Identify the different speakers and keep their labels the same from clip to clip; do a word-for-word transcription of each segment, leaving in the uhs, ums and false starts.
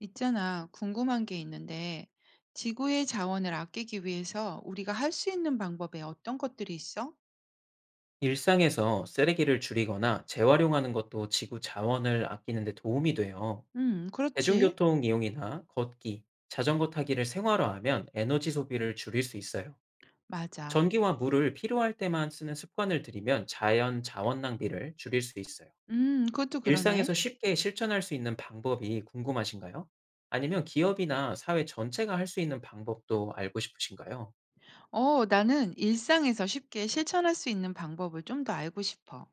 Speaker 1: 있잖아, 궁금한 게 있는데, 지구의 자원을 아끼기 위해서 우리가 할 수 있는 방법에 어떤 것들이 있어?
Speaker 2: 일상에서 쓰레기를 줄이거나 재활용하는 것도 지구 자원을 아끼는 데 도움이 돼요.
Speaker 1: 음, 그렇지.
Speaker 2: 대중교통 이용이나 걷기, 자전거 타기를 생활화하면 에너지 소비를 줄일 수 있어요.
Speaker 1: 맞아.
Speaker 2: 전기와 물을 필요할 때만 쓰는 습관을 들이면 자연 자원 낭비를 줄일 수 있어요.
Speaker 1: 음, 그것도
Speaker 2: 일상에서
Speaker 1: 그러네.
Speaker 2: 쉽게 실천할 수 있는 방법이 궁금하신가요? 아니면 기업이나 사회 전체가 할 수 있는 방법도 알고 싶으신가요?
Speaker 1: 어, 나는 일상에서 쉽게 실천할 수 있는 방법을 좀 더 알고 싶어.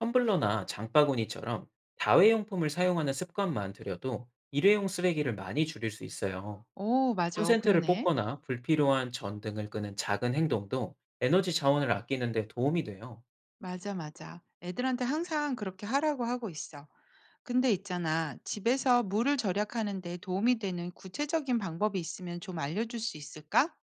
Speaker 2: 텀블러나 장바구니처럼 다회용품을 사용하는 습관만 들여도 일회용 쓰레기를 많이 줄일 수 있어요.
Speaker 1: 오, 맞아.
Speaker 2: 콘센트를
Speaker 1: 그러네.
Speaker 2: 뽑거나 불필요한 전등을 끄는 작은 행동도 에너지 자원을 아끼는 데 도움이 돼요.
Speaker 1: 맞아, 맞아. 애들한테 항상 그렇게 하라고 하고 있어. 근데 있잖아, 집에서 물을 절약하는 데 도움이 되는 구체적인 방법이 있으면 좀 알려줄 수 있을까?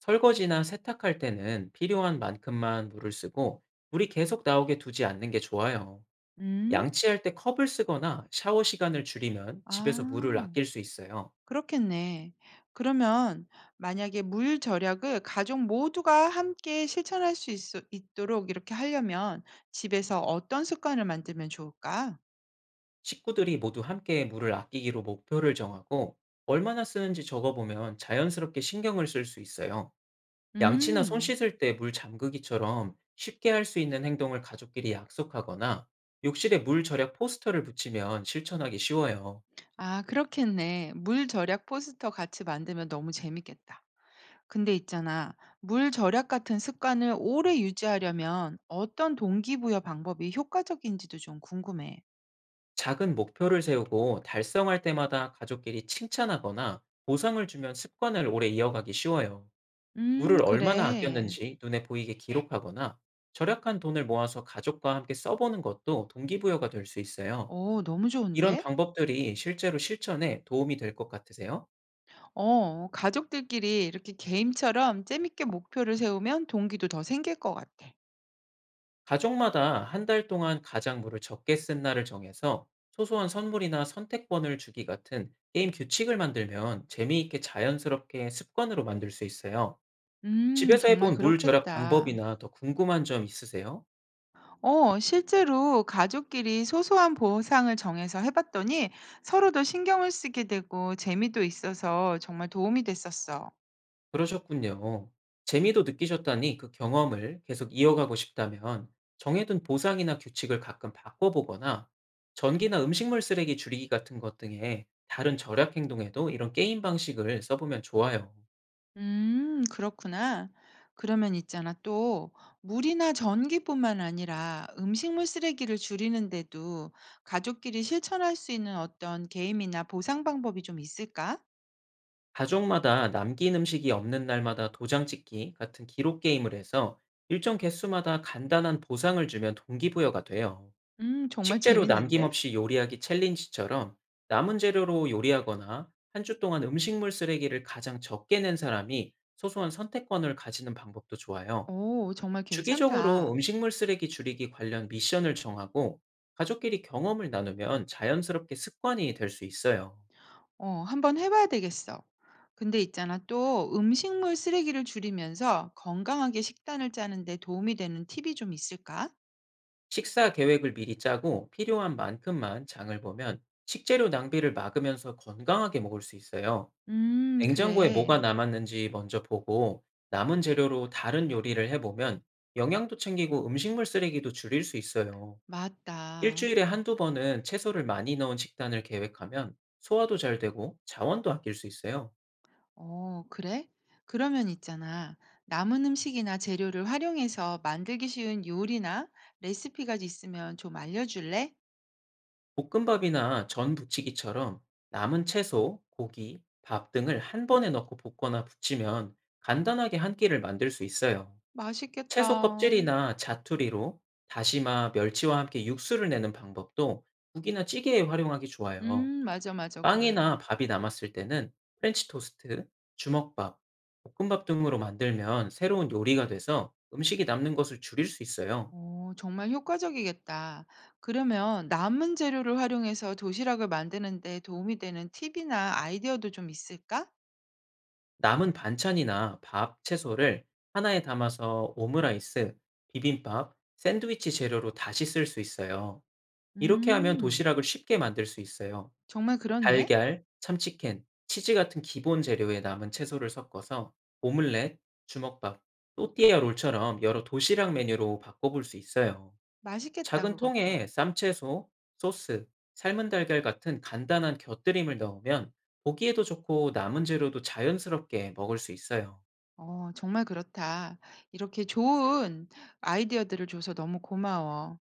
Speaker 2: 설거지나 세탁할 때는 필요한 만큼만 물을 쓰고 물이 계속 나오게 두지 않는 게 좋아요.
Speaker 1: 음,
Speaker 2: 양치할 때 컵을 쓰거나 샤워 시간을 줄이면 집에서 물을
Speaker 1: 아.
Speaker 2: 아낄 수 있어요.
Speaker 1: 그렇겠네. 그러면 만약에 물 절약을 가족 모두가 함께 실천할 수 있, 있도록 이렇게 하려면 집에서 어떤 습관을 만들면 좋을까?
Speaker 2: 식구들이 모두 함께 물을 아끼기로 목표를 정하고 얼마나 쓰는지 적어보면 자연스럽게 신경을 쓸 수 있어요. 양치나 손
Speaker 1: 음,
Speaker 2: 씻을 때 물 잠그기처럼 쉽게 할 수 있는 행동을 가족끼리 약속하거나 욕실에 물 절약 포스터를 붙이면 실천하기 쉬워요.
Speaker 1: 아, 그렇겠네. 물 절약 포스터 같이 만들면 너무 재밌겠다. 근데 있잖아, 물 절약 같은 습관을 오래 유지하려면 어떤 동기부여 방법이 효과적인지도 좀 궁금해.
Speaker 2: 작은 목표를 세우고 달성할 때마다 가족끼리 칭찬하거나 보상을 주면 습관을 오래 이어가기 쉬워요.
Speaker 1: 음,
Speaker 2: 물을 얼마나
Speaker 1: 그래.
Speaker 2: 아꼈는지 눈에 보이게 기록하거나 절약한 돈을 모아서 가족과 함께 써보는 것도 동기부여가 될 수 있어요.
Speaker 1: 오, 너무
Speaker 2: 이런
Speaker 1: 좋은데?
Speaker 2: 방법들이 실제로 실천에 도움이 될 것 같으세요?
Speaker 1: 어, 가족들끼리 이렇게 게임처럼 재밌게 목표를 세우면 동기도 더 생길 것 같아.
Speaker 2: 가족마다 한 달 동안 가장 물을 적게 쓴 날을 정해서 소소한 선물이나 선택권을 주기 같은 게임 규칙을 만들면 재미있게 자연스럽게 습관으로 만들 수 있어요.
Speaker 1: 음,
Speaker 2: 집에서
Speaker 1: 정말
Speaker 2: 해본 물 절약
Speaker 1: 그렇겠다.
Speaker 2: 방법이나 더 궁금한 점 있으세요?
Speaker 1: 어, 실제로 가족끼리 소소한 보상을 정해서 해봤더니 서로 더 신경을 쓰게 되고 재미도 있어서 정말 도움이 됐었어.
Speaker 2: 그러셨군요. 재미도 느끼셨다니 그 경험을 계속 이어가고 싶다면 정해둔 보상이나 규칙을 가끔 바꿔보거나 전기나 음식물 쓰레기 줄이기 같은 것 등의 다른 절약 행동에도 이런 게임 방식을 써보면 좋아요.
Speaker 1: 음, 그렇구나. 그러면 있잖아. 또 물이나 전기뿐만 아니라 음식물 쓰레기를 줄이는데도 가족끼리 실천할 수 있는 어떤 게임이나 보상 방법이 좀 있을까?
Speaker 2: 가족마다 남긴 음식이 없는 날마다 도장 찍기 같은 기록 게임을 해서 일정 개수마다 간단한 보상을 주면 동기부여가 돼요.
Speaker 1: 음 정말
Speaker 2: 식재료
Speaker 1: 재밌는데?
Speaker 2: 남김없이 요리하기 챌린지처럼 남은 재료로 요리하거나 한 주 동안 음식물 쓰레기를 가장 적게 낸 사람이 소소한 선택권을 가지는 방법도 좋아요.
Speaker 1: 오 정말
Speaker 2: 주기적으로
Speaker 1: 괜찮다.
Speaker 2: 음식물 쓰레기 줄이기 관련 미션을 정하고 가족끼리 경험을 나누면 자연스럽게 습관이 될 수 있어요.
Speaker 1: 어 한번 해 봐야 되겠어. 근데 있잖아 또 음식물 쓰레기를 줄이면서 건강하게 식단을 짜는 데 도움이 되는 팁이 좀 있을까?
Speaker 2: 식사 계획을 미리 짜고 필요한 만큼만 장을 보면 식재료 낭비를 막으면서 건강하게 먹을 수 있어요.
Speaker 1: 음
Speaker 2: 냉장고에 뭐가
Speaker 1: 그래.
Speaker 2: 남았는지 먼저 보고 남은 재료로 다른 요리를 해보면 영양도 챙기고 음식물 쓰레기도 줄일 수 있어요.
Speaker 1: 맞다.
Speaker 2: 일주일에 한두 번은 채소를 많이 넣은 식단을 계획하면 소화도 잘 되고 자원도 아낄 수 있어요.
Speaker 1: 어 그래? 그러면 있잖아. 남은 음식이나 재료를 활용해서 만들기 쉬운 요리나 레시피가 있으면 좀 알려 줄래?
Speaker 2: 볶음밥이나 전 부치기처럼 남은 채소, 고기, 밥 등을 한 번에 넣고 볶거나 부치면 간단하게 한 끼를 만들 수 있어요.
Speaker 1: 맛있겠다.
Speaker 2: 채소 껍질이나 자투리로 다시마, 멸치와 함께 육수를 내는 방법도 국이나 찌개에 활용하기 좋아요.
Speaker 1: 음 맞아, 맞아. 그래.
Speaker 2: 빵이나 밥이 남았을 때는 프렌치 토스트, 주먹밥, 볶음밥 등으로 만들면 새로운 요리가 돼서 음식이 남는 것을 줄일 수 있어요.
Speaker 1: 어, 정말 효과적이겠다. 그러면 남은 재료를 활용해서 도시락을 만드는데 도움이 되는 팁이나 아이디어도 좀 있을까?
Speaker 2: 남은 반찬이나 밥, 채소를 하나에 담아서 오므라이스, 비빔밥, 샌드위치 재료로 다시 쓸 수 있어요. 이렇게 하면
Speaker 1: 음,
Speaker 2: 도시락을 쉽게 만들 수 있어요.
Speaker 1: 정말 그러네.
Speaker 2: 달걀, 참치캔, 치즈 같은 기본 재료에 남은 채소를 섞어서 오믈렛, 주먹밥, 또띠아 롤처럼 여러 도시락 메뉴로 바꿔볼 수 있어요.
Speaker 1: 맛있겠다,
Speaker 2: 작은
Speaker 1: 그것도.
Speaker 2: 통에 쌈채소, 소스, 삶은 달걀 같은 간단한 곁들임을 넣으면 보기에도 좋고 남은 재료도 자연스럽게 먹을 수 있어요.
Speaker 1: 어, 정말 그렇다. 이렇게 좋은 아이디어들을 줘서 너무 고마워.